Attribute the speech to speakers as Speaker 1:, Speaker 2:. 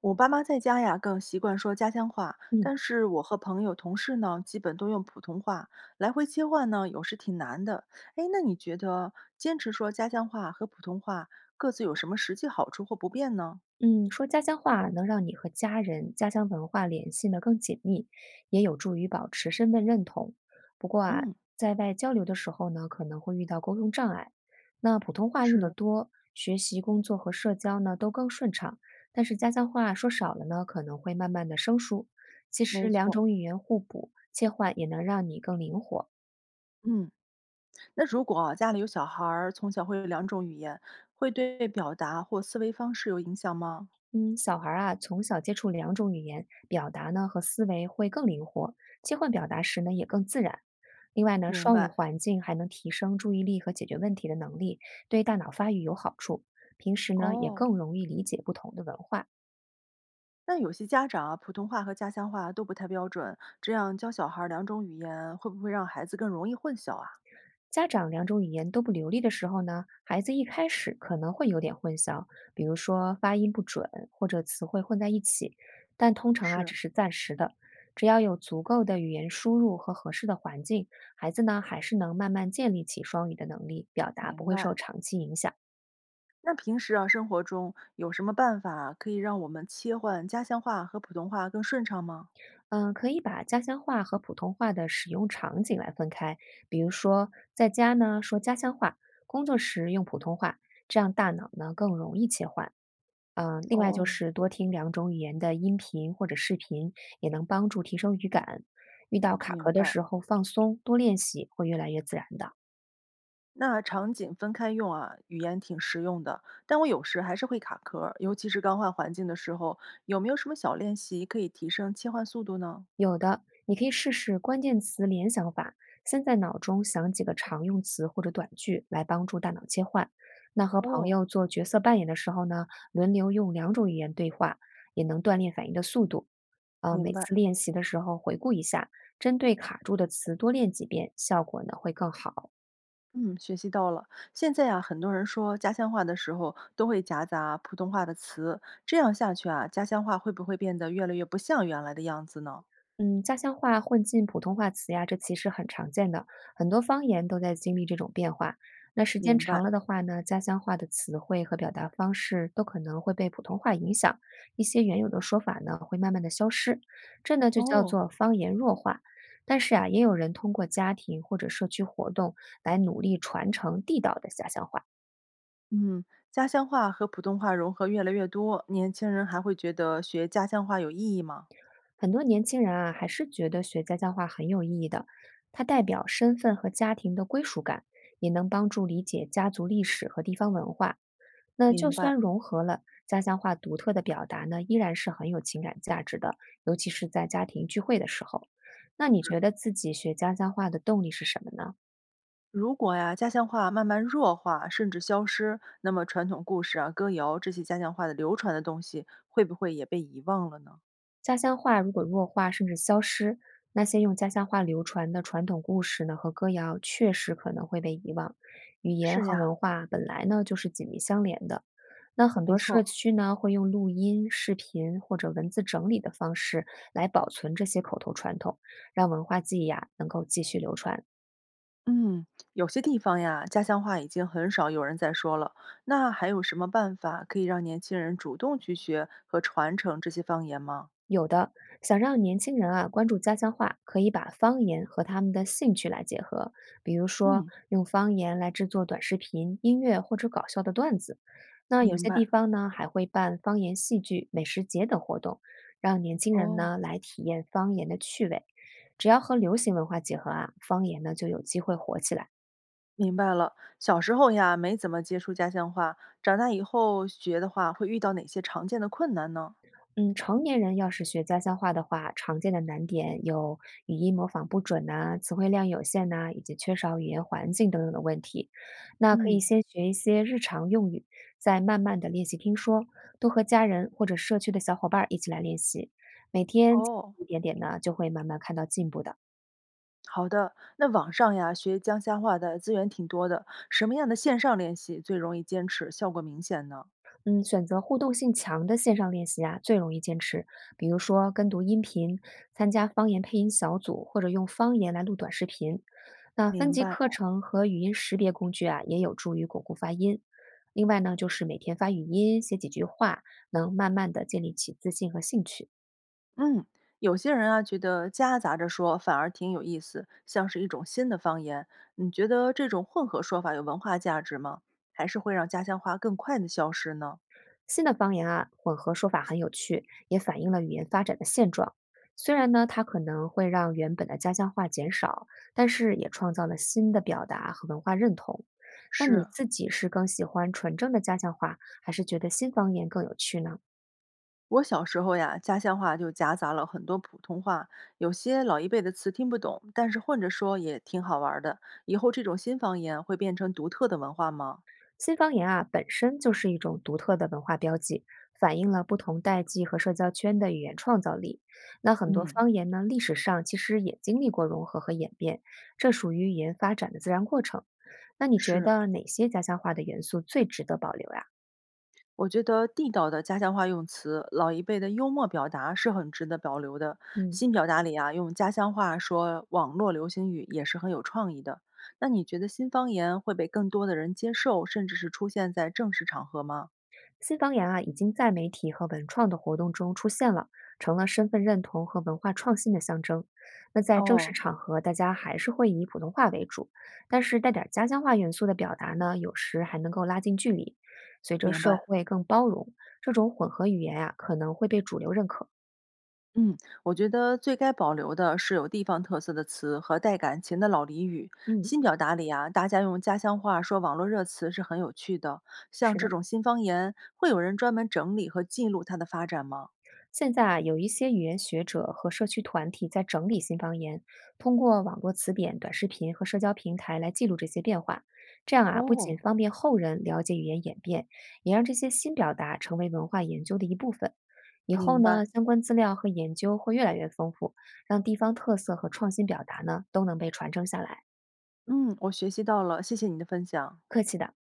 Speaker 1: 我爸妈在家呀，更习惯说家乡话，
Speaker 2: 嗯
Speaker 1: 但是我和朋友、同事呢，基本都用普通话，来回切换呢，有时挺难的。哎，那你觉得坚持说家乡话和普通话各自有什么实际好处或不便呢？
Speaker 2: 嗯，说家乡话能让你和家人、家乡文化联系呢更紧密，也有助于保持身份认同。不过啊，
Speaker 1: 嗯，
Speaker 2: 在外交流的时候呢，可能会遇到沟通障碍。那普通话用的
Speaker 1: 是，
Speaker 2: 多，学习、工作和社交呢都更顺畅，但是家乡话说少了呢，可能会慢慢的生疏。其实
Speaker 1: 没
Speaker 2: 两
Speaker 1: 错。
Speaker 2: 种语言互补，切换也能让你更灵活。
Speaker 1: 嗯，那如果啊家里有小孩儿，从小会有两种语言，会对表达或思维方式有影响吗？
Speaker 2: 嗯，小孩儿啊，从小接触两种语言，表达呢和思维会更灵活，切换表达时呢也更自然。另外呢，
Speaker 1: 明
Speaker 2: 双语
Speaker 1: 白。
Speaker 2: 环境还能提升注意力和解决问题的能力，对大脑发育有好处。平时呢，也
Speaker 1: 哦，
Speaker 2: 更容易理解不同的文化。
Speaker 1: 那有些家长啊，普通话和家乡话都不太标准，这样教小孩儿两种语言，会不会让孩子更容易混淆啊？
Speaker 2: 家长两种语言都不流利的时候呢，孩子一开始可能会有点混淆，比如说发音不准或者词汇混在一起，但通常啊只
Speaker 1: 是，
Speaker 2: 是暂时的。只要有足够的语言输入和合适的环境，孩子呢还是能慢慢建立起双语的能力，表达不
Speaker 1: 明
Speaker 2: 会
Speaker 1: 白。
Speaker 2: 受长期影响。
Speaker 1: 那平时啊，生活中有什么办法可以让我们切换家乡话和普通话更顺畅吗？
Speaker 2: 嗯，可以把家乡话和普通话的使用场景来分开，比如说在家呢说家乡话，工作时用普通话，这样大脑呢更容易切换。嗯，另外就
Speaker 1: 哦，
Speaker 2: 是多听两种语言的音频或者视频，也能帮助提升语感。遇到卡壳
Speaker 1: 明
Speaker 2: 的时
Speaker 1: 白。
Speaker 2: 候放松，多练习会越来越自然的。
Speaker 1: 那场景分开用啊，语言挺实用的，但我有时还是会卡壳儿，尤其是刚换环境的时候，有没有什么小练习可以提升切换速度呢？
Speaker 2: 有的，你可以试试关键词联想法，先在脑中想几个常用词或者短句来帮助大脑切换。那和朋
Speaker 1: 哦，
Speaker 2: 友做角色扮演的时候呢，轮流用两种语言对话，也能锻炼反应的速度。每
Speaker 1: 明白。
Speaker 2: 次练习的时候回顾一下，针对卡住的词多练几遍，效果呢会更好。
Speaker 1: 嗯，学习到了。现在啊，很多人说家乡话的时候都会夹杂普通话的词，这样下去啊，家乡话会不会变得越来越不像原来的样子呢？
Speaker 2: 嗯，家乡话混进普通话词呀，这其实很常见的，很多方言都在经历这种变化。那时
Speaker 1: 明
Speaker 2: 间长
Speaker 1: 白。
Speaker 2: 了的话呢，家乡话的词汇和表达方式都可能会被普通话影响，一些原有的说法呢会慢慢的消失，这呢就叫
Speaker 1: 哦，
Speaker 2: 做方言弱化。但是啊，也有人通过家庭或者社区活动来努力传承地道的家乡话。
Speaker 1: 嗯，家乡话和普通话融合越来越多，年轻人还会觉得学家乡话有意义吗？
Speaker 2: 很多年轻人啊，还是觉得学家乡话很有意义的。它代表身份和家庭的归属感，也能帮助理解家族历史和地方文化。那就
Speaker 1: 明
Speaker 2: 算
Speaker 1: 白，
Speaker 2: 融合了家乡话独特的表达呢，依然是很有情感价值的，尤其是在家庭聚会的时候。那你觉得自己学家乡话的动力是什么呢？
Speaker 1: 如果呀，家乡话慢慢弱化甚至消失，那么传统故事啊、歌谣这些家乡话的流传的东西，会不会也被遗忘了呢？
Speaker 2: 家乡话如果弱化甚至消失，那些用家乡话流传的传统故事呢和歌谣，确实可能会被遗忘。语言
Speaker 1: 是
Speaker 2: 和
Speaker 1: 呀，
Speaker 2: 文化本来呢就是紧密相连的。那很多
Speaker 1: 没
Speaker 2: 社
Speaker 1: 错。
Speaker 2: 区呢会用录音、视频或者文字整理的方式来保存这些口头传统，让文化记忆啊能够继续流传。
Speaker 1: 嗯，有些地方呀，家乡话已经很少有人在说了。那还有什么办法可以让年轻人主动去学和传承这些方言吗？
Speaker 2: 有的，想让年轻人啊关注家乡话，可以把方言和他们的兴趣来结合，比如说
Speaker 1: 嗯，
Speaker 2: 用方言来制作短视频、音乐或者搞笑的段子。那有
Speaker 1: 明
Speaker 2: 些地
Speaker 1: 白。
Speaker 2: 方呢还会办方言戏剧、美食节等活动，让年轻人
Speaker 1: 哦，
Speaker 2: 呢来体验方言的趣味。只要和流行文化结合啊，方言呢就有机会火起来。
Speaker 1: 明白了。小时候呀，没怎么接触家乡话，长大以后学的话，会遇到哪些常见的困难呢？
Speaker 2: 嗯，成年人要是学家乡话的话，常见的难点有语音模仿不准呐、词汇量有限呐、以及缺少语言环境等等的问题。那可以
Speaker 1: 嗯，
Speaker 2: 先学一些日常用语，再慢慢的练习听说，多和家人或者社区的小伙伴儿一起来练习，每天
Speaker 1: 哦，
Speaker 2: 一点点呢，就会慢慢看到进步的。
Speaker 1: 好的。那网上呀，学江乡话的资源挺多的，什么样的线上练习最容易坚持，效果明显呢？
Speaker 2: 嗯，选择互动性强的线上练习啊，最容易坚持。比如说跟读音频、参加方言配音小组，或者用方言来录短视频。那分
Speaker 1: 明
Speaker 2: 级
Speaker 1: 白。
Speaker 2: 课程和语音识别工具啊，也有助于巩固发音。另外呢，就是每天发语音，写几句话，能慢慢的建立起自信和兴趣。
Speaker 1: 嗯，有些人啊觉得夹杂着说反而挺有意思，像是一种新的方言。你觉得这种混合说法有文化价值吗？还是会让家乡话更快的消失呢？
Speaker 2: 新的方言啊，混合说法很有趣，也反映了语言发展的现状。虽然呢，它可能会让原本的家乡话减少，但是也创造了新的表达和文化认同。那你
Speaker 1: 是，
Speaker 2: 自己是更喜欢纯正的家乡话，还是觉得新方言更有趣呢？
Speaker 1: 我小时候呀，家乡话就夹杂了很多普通话，有些老一辈的词听不懂，但是混着说也挺好玩儿的。以后这种新方言会变成独特的文化吗？
Speaker 2: 新方言啊，本身就是一种独特的文化标记，反映了不同代际和社交圈的语言创造力。那很多
Speaker 1: 嗯，
Speaker 2: 方言呢，历史上其实也经历过融合和演变，这属于语言发展的自然过程。那你觉
Speaker 1: 是，
Speaker 2: 得哪些家乡话的元素最值得保留呀、
Speaker 1: 我觉得地道的家乡话用词，老一辈的幽默表达是很值得保留的。
Speaker 2: 嗯。
Speaker 1: 新表达里啊，用家乡话说网络流行语也是很有创意的。那你觉得新方言会被更多的人接受，甚至是出现在正式场合吗？
Speaker 2: 新方言啊，已经在媒体和文创的活动中出现了，成了身份认同和文化创新的象征。那在正式
Speaker 1: 哦，
Speaker 2: 场合，大家还是会以普通话为主，但是带点儿家乡话元素的表达呢，有时还能够拉近距离。随着
Speaker 1: 明
Speaker 2: 社
Speaker 1: 白。
Speaker 2: 会更包容，这种混合语言啊，可能会被主流认可。
Speaker 1: 嗯，我觉得最该保留的是有地方特色的词和带感情的老俚语。
Speaker 2: 嗯，
Speaker 1: 新表达里啊，大家用家乡话说网络热词是很有趣的。像
Speaker 2: 是
Speaker 1: 这
Speaker 2: 的。
Speaker 1: 种新方言，会有人专门整理和记录它的发展吗？
Speaker 2: 现在啊，有一些语言学者和社区团体在整理新方言，通过网络词典、短视频和社交平台来记录这些变化。这样啊，不仅
Speaker 1: 哦，
Speaker 2: 方便后人了解语言演变，也让这些新表达成为文化研究的一部分。以后
Speaker 1: 明
Speaker 2: 呢，
Speaker 1: 白。
Speaker 2: 相关资料和研究会越来越丰富，让地方特色和创新表达呢都能被传承下来。
Speaker 1: 嗯，我学习到了，谢谢你的分享。
Speaker 2: 客气的。